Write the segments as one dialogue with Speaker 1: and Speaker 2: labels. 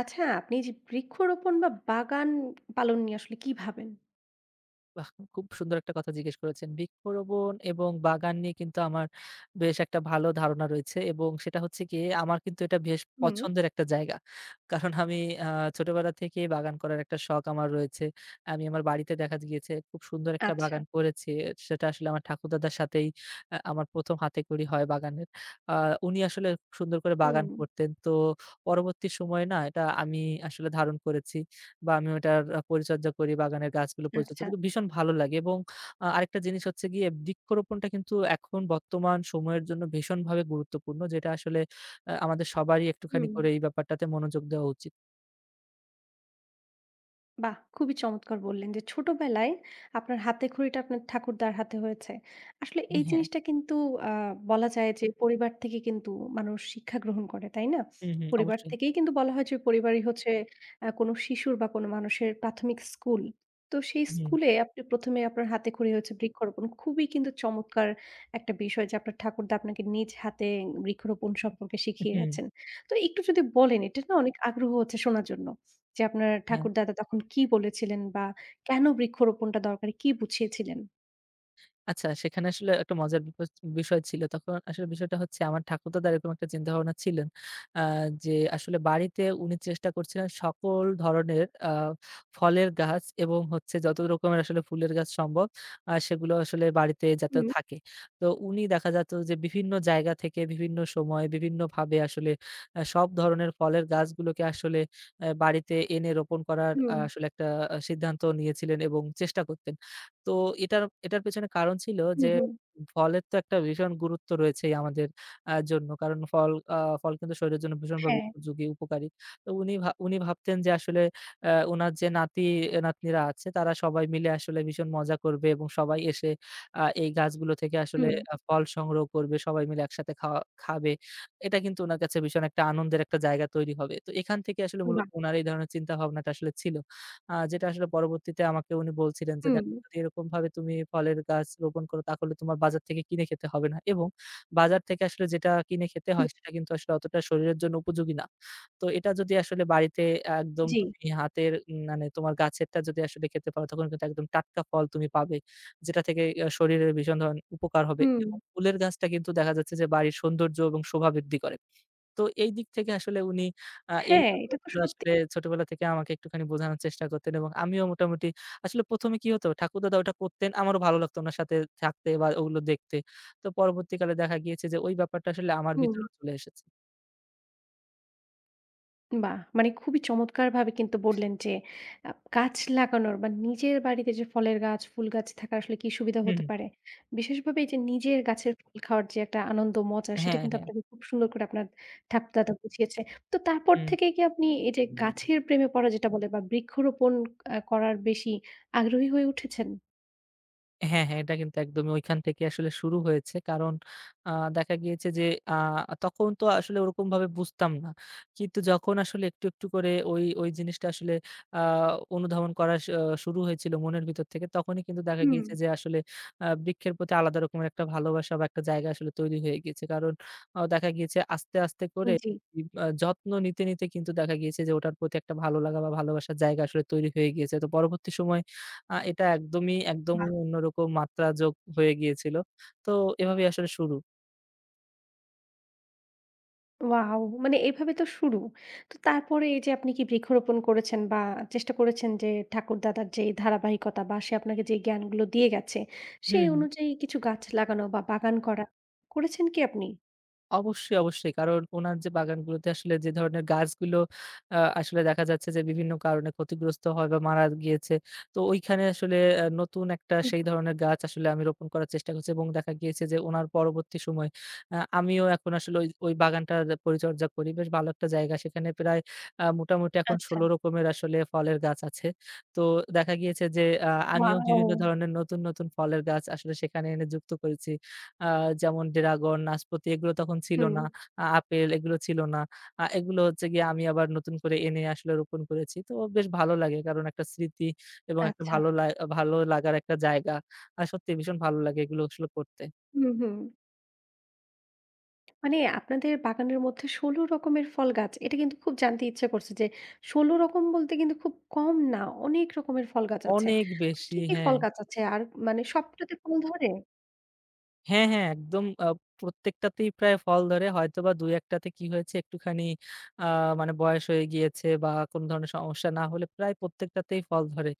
Speaker 1: আচ্ছা, আপনি যে বৃক্ষরোপণ বা বাগান পালন নিয়ে আসলে কি ভাবেন?
Speaker 2: বাহ! খুব সুন্দর একটা কথা জিজ্ঞেস করেছেন। বৃক্ষরোপণ এবং বাগান নিয়ে কিন্তু আমার বেশ একটা ভালো ধারণা রয়েছে এবং সেটা হচ্ছে গিয়ে আমার কিন্তু এটা বেশ
Speaker 1: হুম।
Speaker 2: পছন্দের একটা জায়গা। কারণ আমি আ ছোটবেলা থেকেই বাগান করার একটা শখ আমার রয়েছে। আমি আমার বাড়িতে দেখা গিয়েছে খুব সুন্দর একটা
Speaker 1: আচ্ছা।
Speaker 2: বাগান করেছি। সেটা আসলে আমার ঠাকুরদাদার সাথেই আমার ১ম হাতেখড়ি হয় বাগানের। আ উনি আসলে খুব সুন্দর করে বাগান
Speaker 1: হুম,
Speaker 2: করতেন। তো পরবর্তী সময়ে না এটা আমি আসলে ধারণ করেছি। বা আমি ওটার পরিচর্যা করি, বাগানের গাছগুলো পরিচর্যা
Speaker 1: আচ্ছা।
Speaker 2: করি। ভীষণ ভালো লাগে এবং আরেকটা জিনিস হচ্ছে গিয়ে বৃক্ষরোপণটা কিন্তু এখন বর্তমান সময়ের জন্য ভীষণভাবে গুরুত্বপূর্ণ। যেটা আসলে আমাদের সবারই একটুখানি
Speaker 1: হুম।
Speaker 2: করে এই ব্যাপারটাতে মনোযোগ দেওয়া উচিত।
Speaker 1: বাহ! খুবই চমৎকার বললেন যে ছোটবেলায় আপনার হাতেখড়িটা আপনার ঠাকুরদার হাতে হয়েছে। আসলে এই
Speaker 2: হ্যাঁ।
Speaker 1: জিনিসটা কিন্তু আ বলা যায় যে পরিবার থেকে কিন্তু মানুষ শিক্ষা গ্রহণ করে, তাই না?
Speaker 2: হুম, হুম।
Speaker 1: পরিবার
Speaker 2: অবশ্যই।
Speaker 1: থেকেই কিন্তু বলা হয় যে পরিবারই হচ্ছে কোনো শিশুর বা কোনো মানুষের প্রাথমিক স্কুল। তো সেই
Speaker 2: হুম,
Speaker 1: স্কুলে আপনি ১ম এ আপনার হাতেখড়ি হয়েছে বৃক্ষরোপণ। খুবই কিন্তু চমৎকার একটা বিষয় যে আপনার ঠাকুরদা আপনাকে নিজ হাতে বৃক্ষরোপণ সম্পর্কে শিখিয়ে
Speaker 2: হুম।
Speaker 1: গেছেন। তো একটু যদি বলেন এটা না অনেক আগ্রহ হচ্ছে শোনার জন্য। যে আপনার
Speaker 2: হ্যাঁ।
Speaker 1: ঠাকুরদাদা তখন কি বলেছিলেন বা কেন বৃক্ষরোপণটা দরকারি কি বুঝিয়েছিলেন?
Speaker 2: আচ্ছা, সেখানে আসলে একটা মজার বিষয় ছিল। তখন আসলে বিষয়টা হচ্ছে আমার ঠাকুরদাদা এরকম একটা চিন্তাভাবনা ছিলেন। আ যে আসলে বাড়িতে উনি চেষ্টা করছিলেন সকল ধরনের ফলের গাছ এবং হচ্ছে যত রকমের আসলে ফুলের গাছ সম্ভব সেগুলো আসলে বাড়িতে যাতে
Speaker 1: হুম,
Speaker 2: থাকে। তো উনি দেখা যেত যে বিভিন্ন জায়গা থেকে বিভিন্ন সময় বিভিন্নভাবে আসলে সব ধরনের ফলের গাছগুলোকে আসলে বাড়িতে এনে রোপণ করার
Speaker 1: হুম,
Speaker 2: আসলে একটা সিদ্ধান্ত নিয়েছিলেন এবং চেষ্টা করতেন। তো এটার এটার পেছনে কারণ ছিল যে
Speaker 1: হুম, হুম।
Speaker 2: ফলের তো একটা ভীষণ গুরুত্ব রয়েছেই আমাদের জন্য। কারণ ফল কিন্তু শরীরের জন্য ভীষণভাবে
Speaker 1: হ্যাঁ।
Speaker 2: উপযোগী, উপকারী। তো উনি ভাবতেন যে আসলে উনার যে নাতি-নাতনিরা আছে তারা সবাই মিলে আসলে ভীষণ মজা করবে এবং সবাই এসে এই গাছগুলো থেকে আসলে
Speaker 1: হুম,
Speaker 2: ফল সংগ্রহ করবে, সবাই মিলে একসাথে খাওয়া খাবে। এটা কিন্তু উনার কাছে ভীষণ একটা আনন্দের একটা জায়গা তৈরি হবে। তো এখান থেকে আসলে মূলত
Speaker 1: বাহ!
Speaker 2: উনার এই ধরনের চিন্তাভাবনাটা আসলে ছিল। যেটা আসলে পরবর্তীতে আমাকে উনি বলছিলেন যে,
Speaker 1: হুম,
Speaker 2: "দেখো যদি এরকমভাবে তুমি ফলের গাছ রোপণ করো তাহলে তোমার বাজার থেকে কিনে খেতে হবে না এবং বাজার থেকে আসলে যেটা কিনে খেতে
Speaker 1: হুম।
Speaker 2: হয় সেটা কিন্তু আসলে অতটা শরীরের জন্য উপযোগী না। তো এটা যদি আসলে বাড়িতে একদম
Speaker 1: জি।
Speaker 2: তুমি হাতের মানে তোমার গাছেরটা যদি আসলে খেতে পারো তখন কিন্তু একদম টাটকা ফল তুমি পাবে। যেটা থেকে শরীরের ভীষণ ধরনের উপকার হবে
Speaker 1: হুম।
Speaker 2: এবং ফুলের গাছটা কিন্তু দেখা যাচ্ছে যে বাড়ির সৌন্দর্য এবং শোভা বৃদ্ধি করে।" তো এই দিক থেকে আসলে উনি এই
Speaker 1: হ্যাঁ, এটা তো
Speaker 2: ব্যাপারগুলো
Speaker 1: সত্যি।
Speaker 2: আসলে ছোটবেলা থেকে আমাকে একটুখানি বোঝানোর চেষ্টা করতেন এবং আমিও মোটামুটি আসলে ১ম এ কি হতো ঠাকুরদাদা ওটা করতেন, আমারও ভালো লাগতো উনার সাথে থাকতে বা ওগুলো দেখতে। তো পরবর্তীকালে দেখা গিয়েছে যে ওই ব্যাপারটা আসলে আমার
Speaker 1: হুম।
Speaker 2: ভিতরেও চলে এসেছে।
Speaker 1: বাহ! মানে খুবই চমৎকারভাবে কিন্তু বললেন যে গাছ লাগানোর বা নিজের বাড়িতে যে ফলের গাছ, ফুল গাছ থাকা আসলে কি সুবিধা
Speaker 2: হুম,
Speaker 1: হতে
Speaker 2: হুম।
Speaker 1: পারে। বিশেষভাবে এই যে নিজের গাছের ফুল খাওয়ার যে একটা আনন্দ, মজা সেটা
Speaker 2: হ্যাঁ,
Speaker 1: কিন্তু
Speaker 2: হ্যাঁ।
Speaker 1: আপনাকে খুব সুন্দর করে আপনার ঠাকুরদাদা বুঝিয়েছে। তো তারপর
Speaker 2: হুম।
Speaker 1: থেকে কি আপনি এই যে গাছের প্রেমে পড়া যেটা বলে বা বৃক্ষরোপণ করার বেশি আগ্রহী হয়ে উঠেছেন?
Speaker 2: হ্যাঁ, হ্যাঁ, এটা কিন্তু একদমই ঐখান থেকে আসলে শুরু হয়েছে। কারণ আ দেখা গিয়েছে যে আ তখন তো আসলে ওরকমভাবে বুঝতাম না। কিন্তু যখন আসলে একটু, একটু করে ওই, ওই জিনিসটা আসলে আ অনুধাবন করা শুরু হয়েছিল মনের ভিতর থেকে তখনই কিন্তু দেখা
Speaker 1: হুম।
Speaker 2: গিয়েছে যে আসলে বৃক্ষের প্রতি আলাদা রকমের একটা ভালোবাসা বা একটা জায়গা আসলে তৈরি হয়ে গিয়েছে। কারণ দেখা গিয়েছে আস্তে, আস্তে করে
Speaker 1: জি।
Speaker 2: ই আ যত্ন নিতে, নিতে কিন্তু দেখা গিয়েছে যে ওটার প্রতি একটা ভালো লাগা বা ভালোবাসার জায়গা আসলে তৈরি হয়ে গিয়েছে। তো পরবর্তী সময়ে এটা একদমই, একদমই অন্যরকম মাত্রা যোগ হয়ে গিয়েছিল। তো এভাবেই আসলে শুরু।
Speaker 1: ওয়াও! মানে এভাবে তো শুরু। তো তারপরে এই যে আপনি কি বৃক্ষরোপণ করেছেন বা চেষ্টা করেছেন যে ঠাকুরদাদার যে এই ধারাবাহিকতা বা সে আপনাকে যে জ্ঞানগুলো দিয়ে গেছে,
Speaker 2: হুম।
Speaker 1: সেই
Speaker 2: হুম।
Speaker 1: অনুযায়ী কিছু গাছ লাগানো বা বাগান করা করেছেন কি আপনি?
Speaker 2: অবশ্যই, অবশ্যই। কারণ উনার যে বাগানগুলোতে আসলে যে ধরনের গাছগুলো আসলে দেখা যাচ্ছে যে বিভিন্ন কারণে ক্ষতিগ্রস্ত হয় বা মারা গিয়েছে। তো ওইখানে আসলে নতুন একটা
Speaker 1: হুম,
Speaker 2: সেই ধরনের গাছ আসলে আমি রোপণ করার চেষ্টা করছি এবং দেখা গিয়েছে যে উনার পরবর্তী সময়ে আমিও এখন আসলে ওই, ওই বাগানটার পরিচর্যা করি। বেশ ভালো একটা জায়গা। সেখানে প্রায় মোটামুটি এখন
Speaker 1: আচ্ছা।
Speaker 2: ১৬ রকমের আসলে ফলের গাছ আছে। তো দেখা গিয়েছে যে আমিও
Speaker 1: ওয়াও!
Speaker 2: বিভিন্ন ধরনের নতুন, নতুন ফলের গাছ আসলে সেখানে এনে যুক্ত করেছি। আ যেমন ড্রাগন, নাশপাতি এগুলো তখন ছিল
Speaker 1: হুম।
Speaker 2: না। আপেল এগুলো ছিল না। এগুলো হচ্ছে গিয়ে আমি আবার নতুন করে এনে আসলে রোপণ করেছি। তো বেশ ভালো লাগে। কারণ একটা স্মৃতি এবং একটা
Speaker 1: আচ্ছা।
Speaker 2: ভালো লা ভালো লাগার একটা জায়গা। সত্যি ভীষণ ভালো লাগে এগুলো আসলে করতে।
Speaker 1: হুম, হুম। মানে আপনাদের বাগানের মধ্যে ১৬ রকমের ফল গাছ। এটা কিন্তু খুব জানতে ইচ্ছে করছে যে ১৬ রকম বলতে কিন্তু খুব কম না, অনেক রকমের ফল গাছ আছে।
Speaker 2: অনেক বেশি
Speaker 1: কি, কি
Speaker 2: হ্যাঁ।
Speaker 1: ফল গাছ আছে? আর মানে সবটাতে ফল ধরে?
Speaker 2: হ্যাঁ, হ্যাঁ, একদম। প্রত্যেকটাতেই প্রায় ফল ধরে। হয়তোবা ২-১ টাতে কি হয়েছে একটুখানি আ মানে বয়স হয়ে গিয়েছে বা কোন ধরনের সমস্যা না হলে প্রায় প্রত্যেকটাতেই ফল ধরে।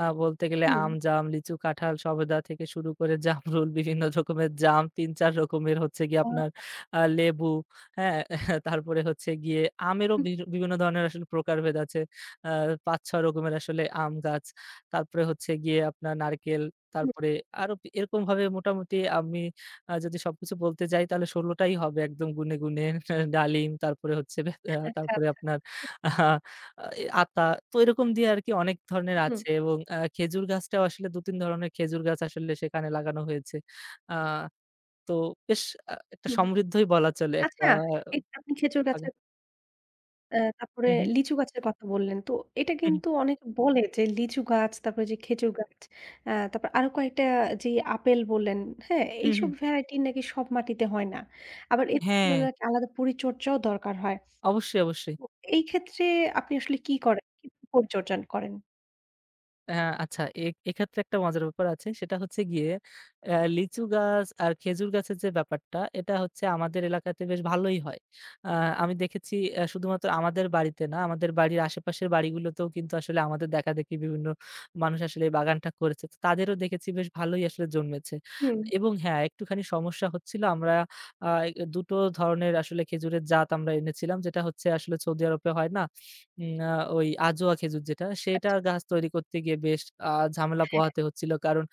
Speaker 2: বলতে গেলে আম,
Speaker 1: হুম।
Speaker 2: জাম, লিচু, কাঁঠাল, সবেদা থেকে শুরু করে জামরুল, বিভিন্ন রকমের জাম ৩-৪ রকমের হচ্ছে গিয়ে আপনার
Speaker 1: আ
Speaker 2: লেবু, হ্যাঁ? তারপরে হচ্ছে গিয়ে আমেরও
Speaker 1: হুম,
Speaker 2: বিভি বিভিন্ন ধরনের আসলে প্রকারভেদ আছে। আ ৫-৬ রকমের আসলে আম গাছ। তারপরে হচ্ছে গিয়ে আপনার নারকেল,
Speaker 1: হুম,
Speaker 2: তারপরে আরো এরকমভাবে মোটামুটি আমি যদি সবকিছু বলতে যাই তাহলে ১৬ টাই হবে একদম গুণে, গুণে। ডালিম তারপরে হচ্ছে বে আ
Speaker 1: আচ্ছা,
Speaker 2: তারপরে আপনার আহা আ এ আতা। তো এরকম দিয়ে আরকি অনেক ধরনের
Speaker 1: হুম,
Speaker 2: আছে এবং খেজুর গাছটাও আসলে ২-৩ ধরনের খেজুর গাছ আসলে সেখানে লাগানো হয়েছে। আ তো বেশ একটা
Speaker 1: হুম।
Speaker 2: সমৃদ্ধই বলা চলে একটা
Speaker 1: আচ্ছা, এই যে আপনি খেজুর
Speaker 2: বাগান।
Speaker 1: গাছের তারপরে
Speaker 2: হু, হু,
Speaker 1: লিচু গাছের কথা বললেন। তো এটা
Speaker 2: হু,
Speaker 1: কিন্তু অনেকে বলে যে লিচু গাছ, তারপরে যে খেজুর গাছ, তারপর আরো কয়েকটা যে আপেল বললেন, হ্যাঁ?
Speaker 2: হু, হু, হু।
Speaker 1: এইসব ভ্যারাইটি নাকি সব মাটিতে হয় না। আবার এদের জন্য
Speaker 2: হ্যাঁ,
Speaker 1: নাকি আলাদা পরিচর্যাও দরকার হয়।
Speaker 2: অবশ্যই, অবশ্যই।
Speaker 1: তো এই ক্ষেত্রে আপনি আসলে কি করেন? কিভাবে পরিচর্যা করেন?
Speaker 2: হ্যাঁ, আচ্ছা এক্ষেত্রে একটা মজার ব্যাপার আছে। সেটা হচ্ছে গিয়ে লিচু গাছ আর খেজুর গাছের যে ব্যাপারটা, এটা হচ্ছে আমাদের এলাকাতে বেশ ভালোই হয়। আ আমি দেখেছি শুধুমাত্র আমাদের বাড়িতে না, আমাদের বাড়ির আশেপাশের বাড়িগুলোতেও কিন্তু আসলে আমাদের দেখাদেখি বিভিন্ন মানুষ আসলে এই বাগানটা করেছে। তো তাদেরও দেখেছি বেশ ভালোই আসলে জন্মেছে।
Speaker 1: হুম,
Speaker 2: এবং হ্যাঁ, একটুখানি সমস্যা হচ্ছিল। আমরা আ ২ টো ধরনের আসলে খেজুরের জাত আমরা এনেছিলাম। যেটা হচ্ছে আসলে সৌদি আরবে হয় না? উম আ ওই আজোয়া খেজুর যেটা, সেটা
Speaker 1: আচ্ছা,
Speaker 2: গাছ তৈরি করতে গিয়ে বেশ আ ঝামেলা
Speaker 1: হ্যাঁ,
Speaker 2: পোহাতে হচ্ছিল। কারণ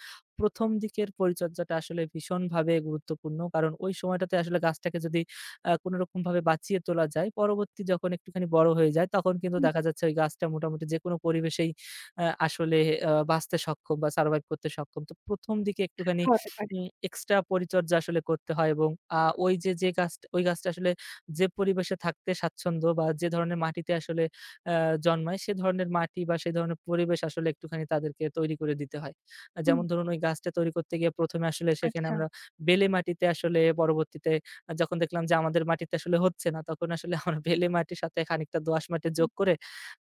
Speaker 2: ১ম দিকের পরিচর্যাটা আসলে ভীষণভাবে গুরুত্বপূর্ণ। কারণ ওই সময়টাতে আসলে গাছটাকে যদি কোনরকমভাবে বাঁচিয়ে তোলা যায়, পরবর্তী যখন একটুখানি বড় হয়ে যায়, তখন কিন্তু
Speaker 1: হুম,
Speaker 2: দেখা যাচ্ছে ওই গাছটা মোটামুটি যেকোনো পরিবেশেই আসলে বাঁচতে সক্ষম বা সারভাইভ করতে সক্ষম। তো ১ম দিকে একটুখানি
Speaker 1: খাওয়াতে পারে।
Speaker 2: এক্সট্রা পরিচর্যা আসলে করতে হয় এবং ওই যে, যে গাছটা ওই গাছটা আসলে যে পরিবেশে থাকতে স্বাচ্ছন্দ্য বা যে ধরনের মাটিতে আসলে অ্যা জন্মায় সে ধরনের মাটি বা সে ধরনের পরিবেশ আসলে একটুখানি তাদেরকে তৈরি করে দিতে হয়।
Speaker 1: হুম,
Speaker 2: যেমন ধরুন ওই গাছটা তৈরি করতে গিয়ে ১ম এ আসলে সেখানে
Speaker 1: আচ্ছা,
Speaker 2: আমরা বেলে মাটিতে আসলে পরবর্তীতে যখন দেখলাম যে আমাদের মাটিতে আসলে হচ্ছে না তখন আসলে আমরা বেলে মাটির সাথে খানিকটা দোআঁশ মাটি
Speaker 1: হুম,
Speaker 2: যোগ করে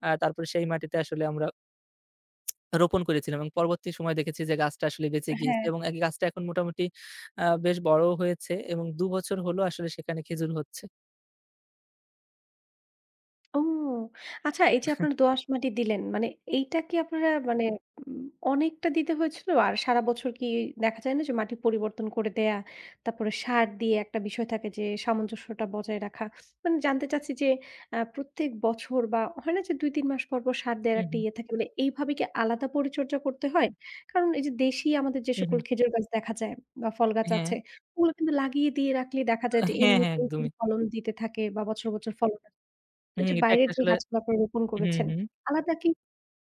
Speaker 2: তারপরে সেই মাটিতে আসলে আমরা রোপণ করেছিলাম এবং পরবর্তী সময়ে দেখেছি যে গাছটা আসলে বেঁচে গিয়েছে
Speaker 1: হ্যাঁ।
Speaker 2: এবং এই গাছটা এখন মোটামুটি বেশ বড়ও হয়েছে এবং ২ বছর হলো আসলে সেখানে খেজুর হচ্ছে।
Speaker 1: ও! আচ্ছা এই যে আপনারা দোআঁশ মাটি দিলেন, মানে এইটা কি আপনারা মানে উম অনেকটা দিতে হয়েছিল? আর সারা বছর কি দেখা যায় না যে মাটি পরিবর্তন করে দেয়া, তারপরে সার দিয়ে একটা বিষয় থাকে যে সামঞ্জস্যটা বজায় রাখা। মানে জানতে চাচ্ছি যে প্রত্যেক বছর বা হয় না যে ২-৩ মাস পর, পর সার দেয়ার
Speaker 2: হু,
Speaker 1: একটা
Speaker 2: হু,
Speaker 1: ইয়ে থাকে মানে এইভাবে কি আলাদা পরিচর্যা করতে হয়? কারণ এই যে দেশি আমাদের যে
Speaker 2: হু, হু।
Speaker 1: সকল খেজুর গাছ দেখা যায় বা ফল গাছ
Speaker 2: হ্যাঁ,
Speaker 1: আছে, ওগুলো কিন্তু লাগিয়ে দিয়ে রাখলে দেখা যায় যে
Speaker 2: হ্যাঁ, হ্যাঁ
Speaker 1: এমনিতেই
Speaker 2: একদমই।
Speaker 1: কিন্তু ফলন দিতে থাকে বা বছর, বছর ফলন তো
Speaker 2: হুম,
Speaker 1: এইযে
Speaker 2: এটা একটা
Speaker 1: বাইরের যে
Speaker 2: আসলে
Speaker 1: গাছগুলো আপনারা রোপণ
Speaker 2: হু,
Speaker 1: করেছেন,
Speaker 2: হু।
Speaker 1: আলাদা কি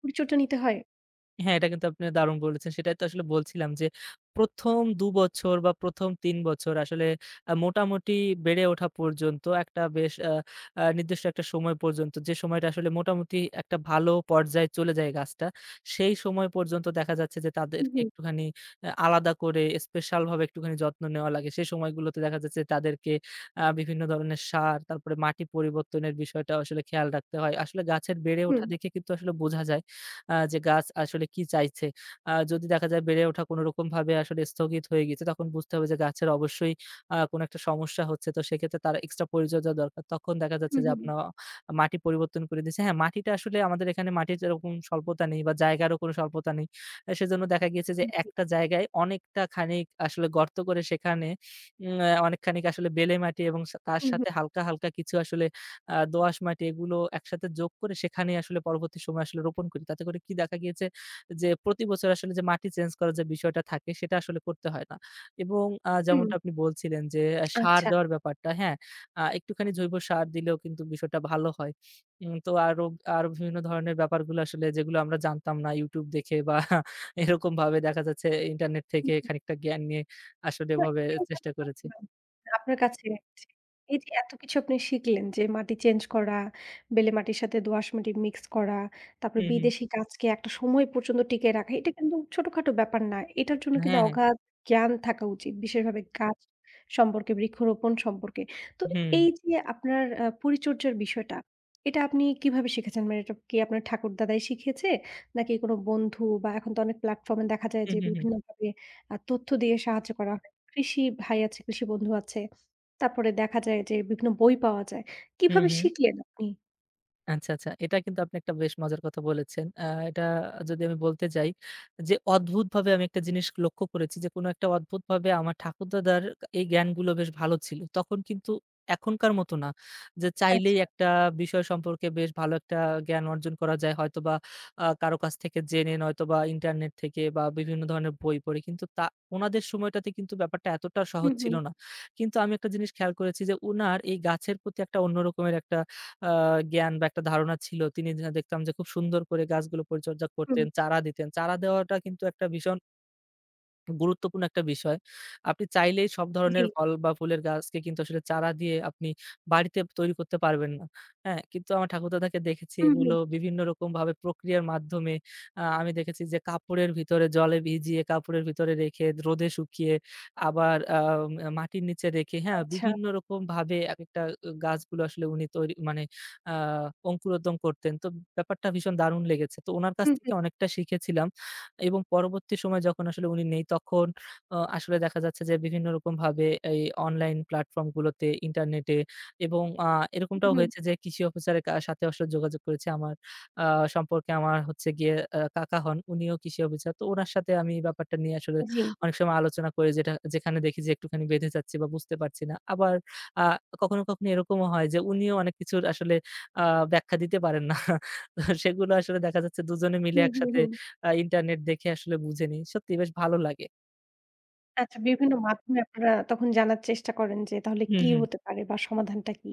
Speaker 1: পরিচর্যা নিতে হয়?
Speaker 2: হ্যাঁ, এটা কিন্তু আপনি দারুণ বলেছেন। সেটাই তো আসলে বলছিলাম যে ১ম ২ বছর বা ১ম ৩ বছর আসলে মোটামুটি বেড়ে ওঠা পর্যন্ত একটা বেশ আ আ নির্দিষ্ট একটা সময় পর্যন্ত যে সময়টা আসলে মোটামুটি একটা ভালো পর্যায়ে চলে যায় গাছটা, সেই সময় পর্যন্ত দেখা যাচ্ছে যে
Speaker 1: হুম,
Speaker 2: তাদেরকে
Speaker 1: হুম,
Speaker 2: একটুখানি আলাদা করে স্পেশাল ভাবে একটুখানি যত্ন নেওয়া লাগে। সেই সময়গুলোতে দেখা যাচ্ছে তাদেরকে বিভিন্ন ধরনের সার, তারপরে মাটি পরিবর্তনের বিষয়টা আসলে খেয়াল রাখতে হয়। আসলে গাছের বেড়ে ওঠা
Speaker 1: হুম,
Speaker 2: দেখে কিন্তু আসলে বোঝা যায় যে গাছ আসলে কি চাইছে। যদি দেখা যায় বেড়ে ওঠা কোনোরকমভাবে আসলে স্থগিত হয়ে গিয়েছে, তখন বুঝতে হবে যে গাছের অবশ্যই কোনো একটা সমস্যা হচ্ছে। তো সেক্ষেত্রে তার এক্সট্রা পরিচর্যা দরকার। তখন দেখা যাচ্ছে
Speaker 1: হুম,
Speaker 2: যে
Speaker 1: হুম,
Speaker 2: আপনার মাটি পরিবর্তন করে দিচ্ছে। হ্যাঁ, মাটিটা আসলে আমাদের এখানে মাটির এরকম স্বল্পতা নেই বা জায়গারও কোনো স্বল্পতা নেই। সেজন্য দেখা গিয়েছে যে একটা জায়গায় অনেকটা খানিক আসলে গর্ত করে সেখানে উম অ্যা অনেকখানিক আসলে বেলে মাটি এবং তার
Speaker 1: হুম, হুম,
Speaker 2: সাথে হালকা, হালকা কিছু আসলে দোআঁশ মাটি এগুলো একসাথে যোগ করে সেখানেই আসলে পরবর্তী সময়ে আসলে রোপণ করি। তাতে করে কি দেখা গিয়েছে যে প্রতি বছর আসলে যে মাটি চেঞ্জ করার যে বিষয়টা থাকে সেটা আসলে করতে হয় না। এবং
Speaker 1: হুম,
Speaker 2: যেমনটা আপনি বলছিলেন যে সার
Speaker 1: আচ্ছা।
Speaker 2: দেওয়ার ব্যাপারটা, হ্যাঁ? একটুখানি জৈব সার দিলেও কিন্তু বিষয়টা ভালো হয়। তো আরো, আরো বিভিন্ন ধরনের ব্যাপারগুলো আসলে যেগুলো আমরা জানতাম না YouTube দেখে বা এরকমভাবে দেখা যাচ্ছে ইন্টারনেট থেকে খানিকটা জ্ঞান নিয়ে আসলে
Speaker 1: না,
Speaker 2: এভাবে
Speaker 1: এটাই তো
Speaker 2: চেষ্টা
Speaker 1: আমি
Speaker 2: করেছি।
Speaker 1: ভাবছিলাম। আপনার কাছে জি। এই যে এত কিছু আপনি শিখলেন যে মাটি চেঞ্জ করা, বেলে মাটির সাথে দোআঁশ মাটি মিক্স করা, তারপরে
Speaker 2: হুম, হুম।
Speaker 1: বিদেশি গাছকে একটা সময় পর্যন্ত টিকিয়ে রাখা। এটা কিন্তু ছোটখাটো ব্যাপার না। এটার জন্য কিন্তু
Speaker 2: হ্যাঁ, হ্যাঁ।
Speaker 1: অগাধ জ্ঞান থাকা উচিত। বিশেষভাবে গাছ সম্পর্কে, বৃক্ষরোপণ সম্পর্কে। তো
Speaker 2: হুম।
Speaker 1: এই যে আপনার পরিচর্যার বিষয়টা, এটা আপনি কিভাবে শিখেছেন? মানে এটা কি আপনার ঠাকুরদাদাই শিখিয়েছে? নাকি কোনো বন্ধু বা এখন তো অনেক প্ল্যাটফর্ম এ দেখা যায়
Speaker 2: হু,
Speaker 1: যে
Speaker 2: হু, হু।
Speaker 1: বিভিন্নভাবে তথ্য দিয়ে সাহায্য করা হয়। কৃষি ভাই আছে, কৃষি বন্ধু আছে। তারপরে দেখা যায় যে বিভিন্ন বই পাওয়া যায়।
Speaker 2: হু,
Speaker 1: কিভাবে
Speaker 2: হু।
Speaker 1: শিখলেন আপনি?
Speaker 2: আচ্ছা, আচ্ছা। এটা কিন্তু আপনি একটা বেশ মজার কথা বলেছেন। এটা যদি আমি বলতে যাই যে, অদ্ভুতভাবে আমি একটা জিনিস লক্ষ্য করেছি যে, কোনো একটা অদ্ভুতভাবে আমার ঠাকুরদাদার এই জ্ঞানগুলো বেশ ভালো ছিল। তখন কিন্তু এখনকার মতো না। যে চাইলেই
Speaker 1: আচ্ছা।
Speaker 2: একটা বিষয় সম্পর্কে বেশ ভালো একটা জ্ঞান অর্জন করা যায়। হয়তোবা কারো কাছ থেকে জেনে, নয়তোবা ইন্টারনেট থেকে বা বিভিন্ন ধরনের বই পড়ে। কিন্তু তা উনাদের সময়টাতে কিন্তু ব্যাপারটা এতটা সহজ
Speaker 1: হুম,
Speaker 2: ছিল
Speaker 1: হুম,
Speaker 2: না। কিন্তু আমি একটা জিনিস খেয়াল করেছি যে, উনার এই গাছের প্রতি একটা অন্য রকমের একটা আ জ্ঞান বা একটা ধারণা ছিল। তিনি যা দেখতাম যে খুব সুন্দর করে গাছগুলো পরিচর্যা
Speaker 1: হুম।
Speaker 2: করতেন, চারা দিতেন। চারা দেওয়াটা কিন্তু একটা ভীষণ গুরুত্বপূর্ণ একটা বিষয়। আপনি চাইলেই সব
Speaker 1: জি।
Speaker 2: ধরনের ফল বা ফুলের গাছকে কিন্তু আসলে চারা দিয়ে আপনি বাড়িতে তৈরি করতে পারবেন না। হ্যাঁ? কিন্তু আমার ঠাকুরদাদাকে দেখেছি
Speaker 1: হুম,
Speaker 2: এগুলো
Speaker 1: হুম।
Speaker 2: বিভিন্ন রকমভাবে প্রক্রিয়ার মাধ্যমে আমি দেখেছি যে কাপড়ের ভিতরে জলে ভিজিয়ে, কাপড়ের ভিতরে রেখে, রোদে শুকিয়ে, আবার মাটির নিচে রেখে, হ্যাঁ?
Speaker 1: আচ্ছা।
Speaker 2: বিভিন্ন রকমভাবে একেকটা গাছগুলো আসলে উনি তৈরি মানে আ অঙ্কুরোদ্গম করতেন। তো ব্যাপারটা ভীষণ দারুণ লেগেছে। তো উনার কাছ
Speaker 1: হুম, হুম,
Speaker 2: থেকে অনেকটা শিখেছিলাম। এবং পরবর্তী সময়ে যখন আসলে উনি নেই তখন আসলে দেখা যাচ্ছে যে বিভিন্ন রকমভাবে এই অনলাইন প্ল্যাটফর্ম গুলোতে, ইন্টারনেটে এবং
Speaker 1: হুম,
Speaker 2: এরকমটাও
Speaker 1: হুম।
Speaker 2: হয়েছে যে কৃষি অফিসারের সাথে আসলে যোগাযোগ করেছি। আমার আ সম্পর্কে আমার হচ্ছে গিয়ে কাকা হন, উনিও কৃষি অফিসার। তো উনার সাথে আমি এই ব্যাপারটা নিয়ে আসলে
Speaker 1: জি।
Speaker 2: অনেক সময় আলোচনা করি যেটা যেখানে দেখি যে একটুখানি বেঁধে যাচ্ছি বা বুঝতে পারছি না। আবার আ কখনো, কখনো এরকমও হয় যে উনিও অনেক কিছুর আসলে আ ব্যাখ্যা দিতে পারেন না। তো সেগুলো আসলে দেখা যাচ্ছে দুজনে মিলে
Speaker 1: হুম, হুম,
Speaker 2: একসাথে
Speaker 1: হুম।
Speaker 2: ইন্টারনেট দেখে আসলে বুঝে নিই। সত্যিই বেশ ভালো লাগে।
Speaker 1: আচ্ছা বিভিন্ন মাধ্যমে আপনারা তখন জানার চেষ্টা করেন যে তাহলে
Speaker 2: হুম,
Speaker 1: কি
Speaker 2: হুম।
Speaker 1: হতে পারে বা সমাধানটা কি?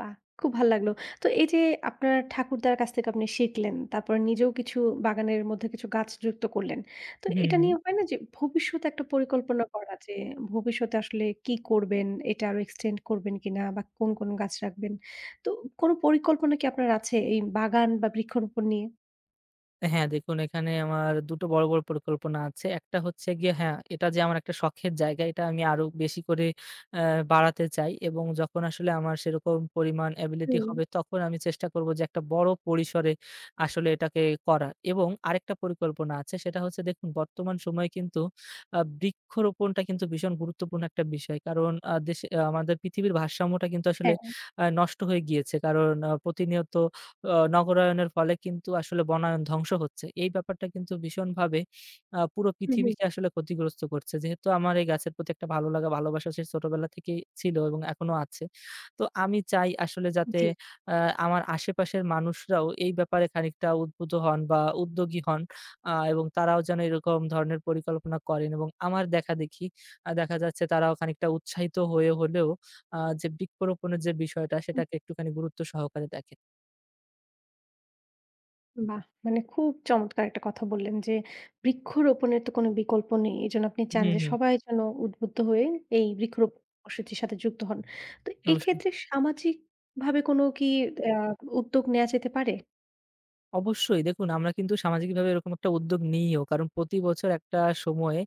Speaker 1: বাহ! খুব ভাল লাগলো। তো এই যে আপনার ঠাকুরদার কাছ থেকে আপনি শিখলেন, তারপর নিজেও কিছু বাগানের মধ্যে কিছু গাছ যুক্ত করলেন। তো
Speaker 2: হুম,
Speaker 1: এটা
Speaker 2: হুম।
Speaker 1: নিয়ে হয় না যে ভবিষ্যতে একটা পরিকল্পনা করা যে ভবিষ্যতে আসলে কি করবেন? এটা আরো এক্সটেন্ড করবেন কিনা বা কোন, কোন গাছ রাখবেন? তো কোন পরিকল্পনা কি আপনার আছে এই বাগান বা বৃক্ষরোপণ নিয়ে?
Speaker 2: হ্যাঁ, দেখুন এখানে আমার ২ টো বড়, বড় পরিকল্পনা আছে। একটা হচ্ছে গিয়ে হ্যাঁ, এটা যে আমার একটা শখের জায়গা এটা আমি আরো বেশি করে অ্যা বাড়াতে চাই এবং যখন আসলে আমার সেরকম পরিমাণ এবিলিটি
Speaker 1: হুম।
Speaker 2: হবে তখন আমি চেষ্টা করব যে একটা বড় পরিসরে আসলে এটাকে করার। এবং আরেকটা পরিকল্পনা আছে সেটা হচ্ছে দেখুন বর্তমান সময়ে কিন্তু বৃক্ষরোপণটা কিন্তু ভীষণ গুরুত্বপূর্ণ একটা বিষয়। কারণ দেশে আমাদের পৃথিবীর ভারসাম্যটা কিন্তু আসলে
Speaker 1: হ্যাঁ,
Speaker 2: নষ্ট হয়ে গিয়েছে। কারণ প্রতিনিয়ত নগরায়নের ফলে কিন্তু আসলে বনায়ন ধ্বংস হচ্ছে। এই ব্যাপারটা কিন্তু ভীষণভাবে পুরো
Speaker 1: হু, হু।
Speaker 2: পৃথিবীকে আসলে ক্ষতিগ্রস্ত করছে। যেহেতু আমার এই গাছের প্রতি একটা ভালো লাগা, ভালোবাসা সেই ছোটবেলা থেকেই ছিল এবং এখনো আছে। তো আমি চাই আসলে যাতে
Speaker 1: জি।
Speaker 2: আ আমার আশেপাশের মানুষরাও এই ব্যাপারে খানিকটা উদ্বুদ্ধ হন বা উদ্যোগী হন এবং তারাও যেন এরকম ধরনের পরিকল্পনা করেন এবং আমার দেখাদেখি দেখা যাচ্ছে তারাও খানিকটা উৎসাহিত হয়ে হলেও যে বৃক্ষরোপণের যে বিষয়টা সেটাকে একটুখানি গুরুত্ব সহকারে দেখেন।
Speaker 1: বাহ! মানে খুব চমৎকার একটা কথা বললেন যে, বৃক্ষরোপণের তো কোনো বিকল্প নেই। এজন্য আপনি
Speaker 2: হুম,
Speaker 1: চান যে
Speaker 2: হুম।
Speaker 1: সবাই যেন উদ্বুদ্ধ হয়ে এই বৃক্ষরোপণ কর্মসূচির সাথে যুক্ত হন। তো
Speaker 2: অবশ্যই,
Speaker 1: এক্ষেত্রে সামাজিকভাবে কোনো কি আ উদ্যোগ নেয়া যেতে পারে?
Speaker 2: অবশ্যই দেখুন আমরা কিন্তু সামাজিকভাবে এরকম একটা উদ্যোগ নিইও। কারণ প্রতি বছর একটা সময়ে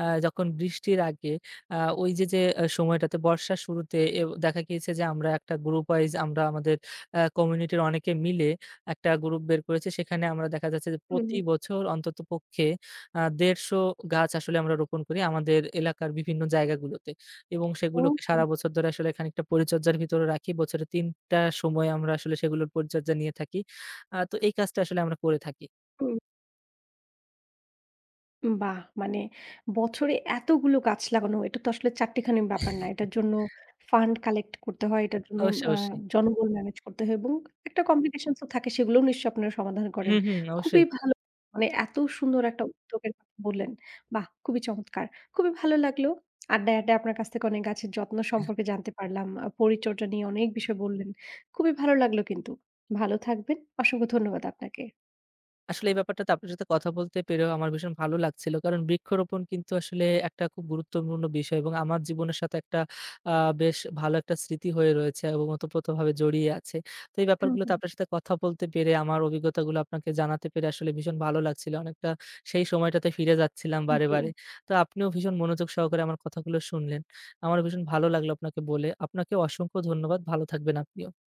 Speaker 2: যখন বৃষ্টির আগে ওই যে, যে আ সময়টাতে বর্ষার শুরুতে দেখা গিয়েছে যে আমরা একটা গ্রুপ ওয়াইজ আমরা আমাদের কমিউনিটির অনেকে মিলে একটা গ্রুপ বের করেছি। সেখানে আমরা দেখা যাচ্ছে যে
Speaker 1: হুম।
Speaker 2: প্রতি বছর অন্ততপক্ষে ১৫০ গাছ আসলে আমরা রোপণ করি আমাদের এলাকার বিভিন্ন জায়গাগুলোতে। এবং সেগুলোকে
Speaker 1: ওহো!
Speaker 2: সারা বছর ধরে আসলে খানিকটা পরিচর্যার ভিতরে রাখি। বছরে ৩ টা সময় আমরা আসলে সেগুলোর পরিচর্যা নিয়ে থাকি। তো এই কাজটা আসলে আমরা করে থাকি।
Speaker 1: বাহ! মানে বছরে এতগুলো গাছ লাগানো এটা তো আসলে চাট্টিখানি ব্যাপার না। এটার জন্য ফান্ড কালেক্ট করতে হয়, এটার জন্য
Speaker 2: অবশ্যই,
Speaker 1: আ
Speaker 2: অবশ্যই।
Speaker 1: জনবল ম্যানেজ করতে হয় এবং একটা কমপ্লিকেশনস ও থাকে সেগুলোও নিশ্চয়ই আপনারা সমাধান করেন।
Speaker 2: হুম, হুম, অবশ্যই।
Speaker 1: খুবই ভালো মানে এত সুন্দর একটা উদ্যোগের কথা বললেন। বাহ! খুবই চমৎকার। খুবই ভালো লাগলো। আড্ডায়, আড্ডায় আপনার কাছ থেকে অনেক গাছের যত্ন সম্পর্কে জানতে পারলাম। পরিচর্যা নিয়ে অনেক বিষয় বললেন। খুবই ভালো লাগলো কিন্তু। ভালো থাকবেন। অসংখ্য ধন্যবাদ আপনাকে।
Speaker 2: আসলে এই ব্যাপারটাতে আপনার সাথে কথা বলতে পেরেও আমার ভীষণ ভালো লাগছিল। কারণ বৃক্ষরোপণ কিন্তু আসলে একটা খুব গুরুত্বপূর্ণ বিষয় এবং আমার জীবনের সাথে একটা আ বেশ ভালো একটা স্মৃতি হয়ে রয়েছে এবং ওতপ্রোতভাবে জড়িয়ে আছে। তো এই
Speaker 1: হুম,
Speaker 2: ব্যাপারগুলোতে
Speaker 1: হুম।
Speaker 2: আপনার সাথে কথা বলতে পেরে আমার অভিজ্ঞতাগুলো আপনাকে জানাতে পেরে আসলে ভীষণ ভালো লাগছিল। অনেকটা সেই সময়টাতে ফিরে যাচ্ছিলাম বারে,
Speaker 1: জি।
Speaker 2: বারে। তো আপনিও ভীষণ মনোযোগ সহকারে আমার কথাগুলো শুনলেন। আমার ভীষণ ভালো লাগলো আপনাকে বলে। আপনাকে অসংখ্য ধন্যবাদ। ভালো থাকবেন আপনিও।